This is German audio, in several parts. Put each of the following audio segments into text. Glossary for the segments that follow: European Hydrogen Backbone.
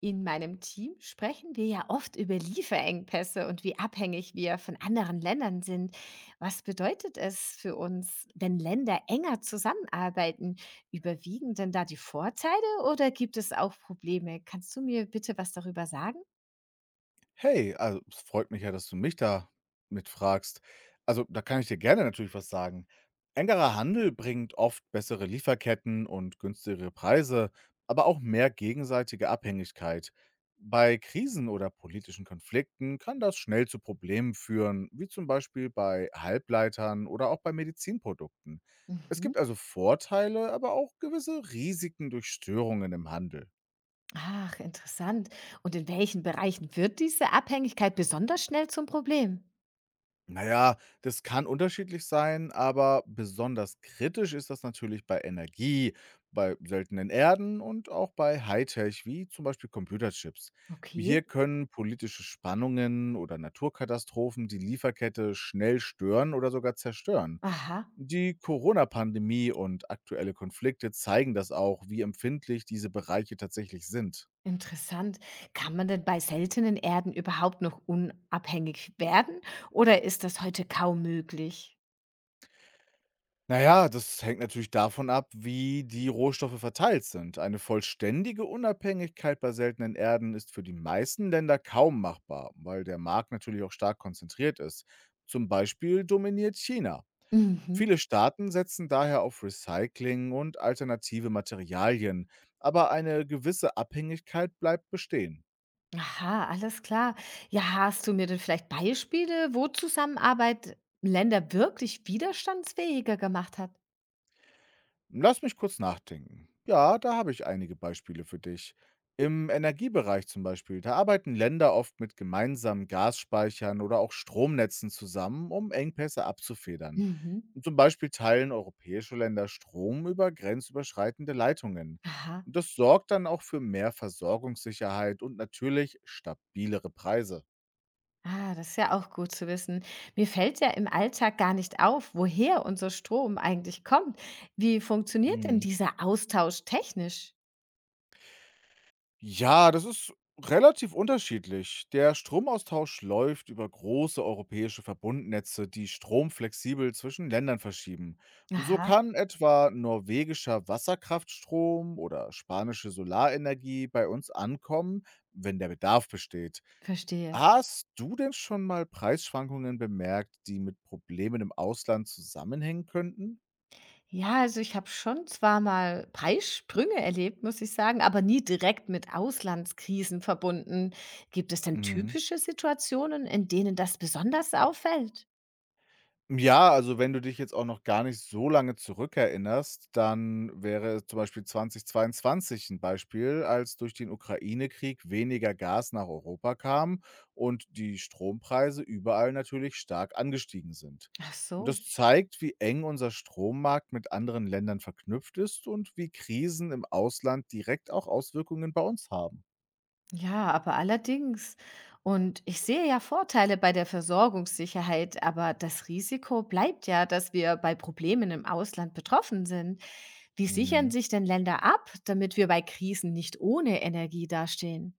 In meinem Team sprechen wir ja oft über Lieferengpässe und wie abhängig wir von anderen Ländern sind. Was bedeutet es für uns, wenn Länder enger zusammenarbeiten? Überwiegen denn da die Vorteile oder gibt es auch Probleme? Kannst du mir bitte was darüber sagen? Hey, also es freut mich ja, dass du mich da mitfragst. Also da kann ich dir gerne natürlich was sagen. Engerer Handel bringt oft bessere Lieferketten und günstigere Preise, aber auch mehr gegenseitige Abhängigkeit. Bei Krisen oder politischen Konflikten kann das schnell zu Problemen führen, wie zum Beispiel bei Halbleitern oder auch bei Medizinprodukten. Es Mhm. gibt also Vorteile, aber auch gewisse Risiken durch Störungen im Handel. Ach, interessant. Und in welchen Bereichen wird diese Abhängigkeit besonders schnell zum Problem? Naja, das kann unterschiedlich sein, aber besonders kritisch ist das natürlich bei Energie, bei seltenen Erden und auch bei Hightech wie zum Beispiel Computerchips. Okay. Hier können politische Spannungen oder Naturkatastrophen die Lieferkette schnell stören oder sogar zerstören. Aha. Die Corona-Pandemie und aktuelle Konflikte zeigen das auch, wie empfindlich diese Bereiche tatsächlich sind. Interessant. Kann man denn bei seltenen Erden überhaupt noch unabhängig werden oder ist das heute kaum möglich? Naja, das hängt natürlich davon ab, wie die Rohstoffe verteilt sind. Eine vollständige Unabhängigkeit bei seltenen Erden ist für die meisten Länder kaum machbar, weil der Markt natürlich auch stark konzentriert ist. Zum Beispiel dominiert China. Mhm. Viele Staaten setzen daher auf Recycling und alternative Materialien, aber eine gewisse Abhängigkeit bleibt bestehen. Aha, alles klar. Ja, hast du mir denn vielleicht Beispiele, wo Zusammenarbeit Länder wirklich widerstandsfähiger gemacht hat? Lass mich kurz nachdenken. Ja, da habe ich einige Beispiele für dich. Im Energiebereich zum Beispiel, da arbeiten Länder oft mit gemeinsamen Gasspeichern oder auch Stromnetzen zusammen, um Engpässe abzufedern. Mhm. Und zum Beispiel teilen europäische Länder Strom über grenzüberschreitende Leitungen. Aha. Und das sorgt dann auch für mehr Versorgungssicherheit und natürlich stabilere Preise. Ah, das ist ja auch gut zu wissen. Mir fällt ja im Alltag gar nicht auf, woher unser Strom eigentlich kommt. Wie funktioniert denn dieser Austausch technisch? Ja, das ist relativ unterschiedlich. Der Stromaustausch läuft über große europäische Verbundnetze, die Strom flexibel zwischen Ländern verschieben. So Aha, kann etwa norwegischer Wasserkraftstrom oder spanische Solarenergie bei uns ankommen, wenn der Bedarf besteht. verstehe. Hast du denn schon mal Preisschwankungen bemerkt, die mit Problemen im Ausland zusammenhängen könnten? Ja, also ich habe schon zwar mal Preissprünge erlebt, muss ich sagen, aber nie direkt mit Auslandskrisen verbunden. Gibt es denn Mhm. typische Situationen, in denen das besonders auffällt? Ja, also wenn du dich jetzt auch noch gar nicht so lange zurückerinnerst, dann wäre zum Beispiel 2022 ein Beispiel, als durch den Ukraine-Krieg weniger Gas nach Europa kam und die Strompreise überall natürlich stark angestiegen sind. Ach Und so, das zeigt, wie eng unser Strommarkt mit anderen Ländern verknüpft ist und wie Krisen im Ausland direkt auch Auswirkungen bei uns haben. ja, aber allerdings. Und ich sehe ja Vorteile bei der Versorgungssicherheit, aber das Risiko bleibt ja, dass wir bei Problemen im Ausland betroffen sind. Wie sichern Mhm. sich denn Länder ab, damit wir bei Krisen nicht ohne Energie dastehen?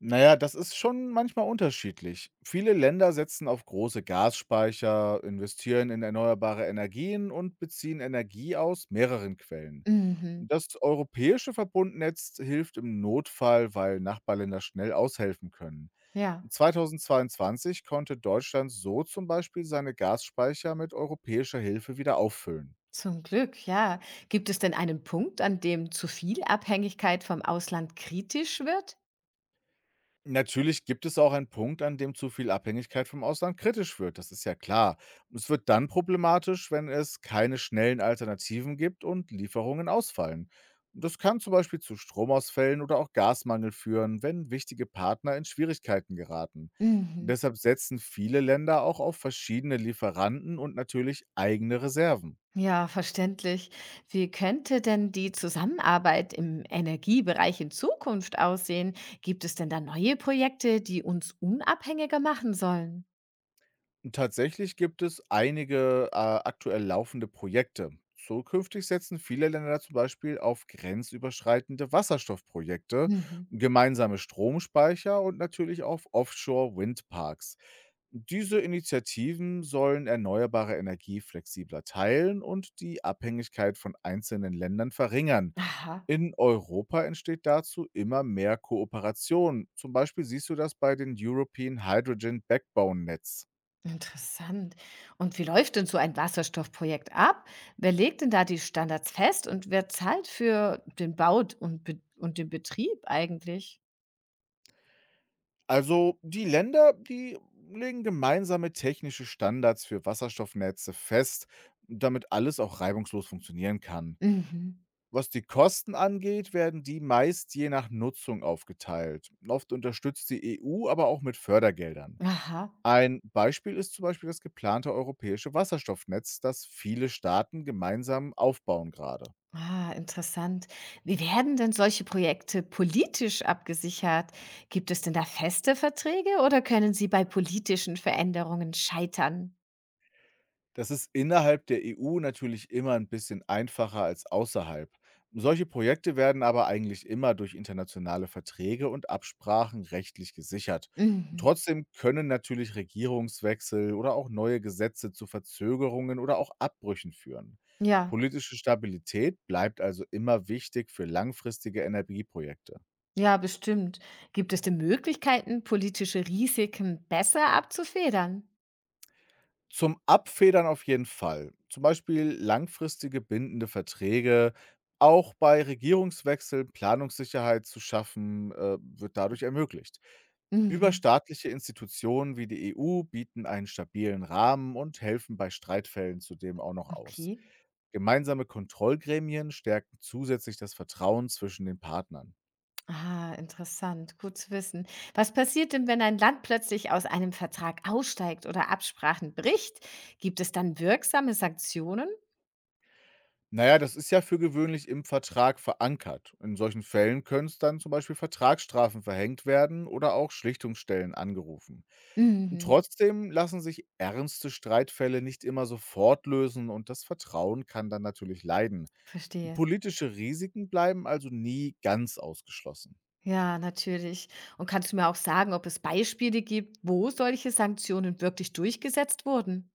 Naja, das ist schon manchmal unterschiedlich. Viele Länder setzen auf große Gasspeicher, investieren in erneuerbare Energien und beziehen Energie aus mehreren Quellen. Mhm. Das europäische Verbundnetz hilft im Notfall, weil Nachbarländer schnell aushelfen können. Ja. 2022 konnte Deutschland so zum Beispiel seine Gasspeicher mit europäischer Hilfe wieder auffüllen. Zum Glück, ja. Gibt es denn einen Punkt, an dem zu viel Abhängigkeit vom Ausland kritisch wird? Natürlich gibt es auch einen Punkt, an dem zu viel Abhängigkeit vom Ausland kritisch wird, das ist ja klar. Es wird dann problematisch, wenn es keine schnellen Alternativen gibt und Lieferungen ausfallen. Das kann zum Beispiel zu Stromausfällen oder auch Gasmangel führen, wenn wichtige Partner in Schwierigkeiten geraten. Mhm. Deshalb setzen viele Länder auch auf verschiedene Lieferanten und natürlich eigene Reserven. Ja, verständlich. Wie könnte denn die Zusammenarbeit im Energiebereich in Zukunft aussehen? Gibt es denn da neue Projekte, die uns unabhängiger machen sollen? Tatsächlich gibt es einige, aktuell laufende Projekte. Zukünftig setzen viele Länder zum Beispiel auf grenzüberschreitende Wasserstoffprojekte, Mhm. gemeinsame Stromspeicher und natürlich auf Offshore-Windparks. Diese Initiativen sollen erneuerbare Energie flexibler teilen und die Abhängigkeit von einzelnen Ländern verringern. Aha, In Europa entsteht dazu immer mehr Kooperation. Zum Beispiel siehst du das bei den European Hydrogen Backbone Netz. interessant. Und wie läuft denn so ein Wasserstoffprojekt ab? Wer legt denn da die Standards fest und wer zahlt für den Bau und, und den Betrieb eigentlich? Also die Länder, die legen gemeinsame technische Standards für Wasserstoffnetze fest, damit alles auch reibungslos funktionieren kann. Mhm. Was die Kosten angeht, werden die meist je nach Nutzung aufgeteilt. Oft unterstützt die EU aber auch mit Fördergeldern. Aha. Ein Beispiel ist zum Beispiel das geplante europäische Wasserstoffnetz, das viele Staaten gemeinsam aufbauen gerade. Ah, interessant. Wie werden denn solche Projekte politisch abgesichert? Gibt es denn da feste Verträge oder können sie bei politischen Veränderungen scheitern? Das ist innerhalb der EU natürlich immer ein bisschen einfacher als außerhalb. Solche Projekte werden aber eigentlich immer durch internationale Verträge und Absprachen rechtlich gesichert. Mhm. Trotzdem können natürlich Regierungswechsel oder auch neue Gesetze zu Verzögerungen oder auch Abbrüchen führen. Ja, Politische Stabilität bleibt also immer wichtig für langfristige Energieprojekte. ja, bestimmt. Gibt es denn Möglichkeiten, politische Risiken besser abzufedern? Zum Abfedern auf jeden Fall. Zum Beispiel langfristige bindende Verträge. Auch bei Regierungswechseln Planungssicherheit zu schaffen, wird dadurch ermöglicht. Mhm. Überstaatliche Institutionen wie die EU bieten einen stabilen Rahmen und helfen bei Streitfällen zudem auch noch aus. Okay. Gemeinsame Kontrollgremien stärken zusätzlich das Vertrauen zwischen den Partnern. Ah, interessant. Gut zu wissen. Was passiert denn, wenn ein Land plötzlich aus einem Vertrag aussteigt oder Absprachen bricht? Gibt es dann wirksame Sanktionen? Na ja, das ist ja für gewöhnlich im Vertrag verankert. In solchen Fällen können es dann zum Beispiel Vertragsstrafen verhängt werden oder auch Schlichtungsstellen angerufen. Und Mhm, trotzdem lassen sich ernste Streitfälle nicht immer sofort lösen und das Vertrauen kann dann natürlich leiden. verstehe. Politische Risiken bleiben also nie ganz ausgeschlossen. Ja, natürlich. Und kannst du mir auch sagen, ob es Beispiele gibt, wo solche Sanktionen wirklich durchgesetzt wurden?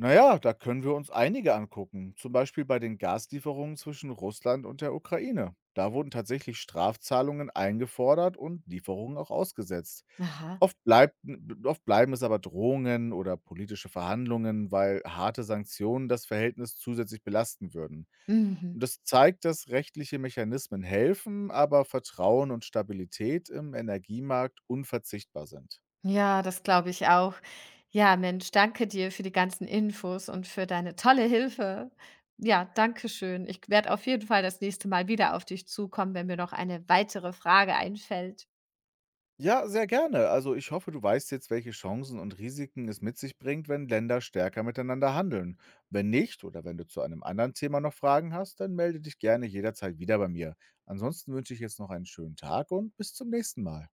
Na ja, da können wir uns einige angucken, zum Beispiel bei den Gaslieferungen zwischen Russland und der Ukraine. Da wurden tatsächlich Strafzahlungen eingefordert und Lieferungen auch ausgesetzt. Aha. Oft, bleibt, oft bleiben es aber Drohungen oder politische Verhandlungen, weil harte Sanktionen das Verhältnis zusätzlich belasten würden. Mhm. Und das zeigt, dass rechtliche Mechanismen helfen, aber Vertrauen und Stabilität im Energiemarkt unverzichtbar sind. Ja, das glaube ich auch. Ja, Mensch, danke dir für die ganzen Infos und für deine tolle Hilfe. Ja, danke schön. Ich werde auf jeden Fall das nächste Mal wieder auf dich zukommen, wenn mir noch eine weitere Frage einfällt. Ja, sehr gerne. Also ich hoffe, du weißt jetzt, welche Chancen und Risiken es mit sich bringt, wenn Länder stärker miteinander handeln. Wenn nicht oder wenn du zu einem anderen Thema noch Fragen hast, dann melde dich gerne jederzeit wieder bei mir. Ansonsten wünsche ich jetzt noch einen schönen Tag und bis zum nächsten Mal.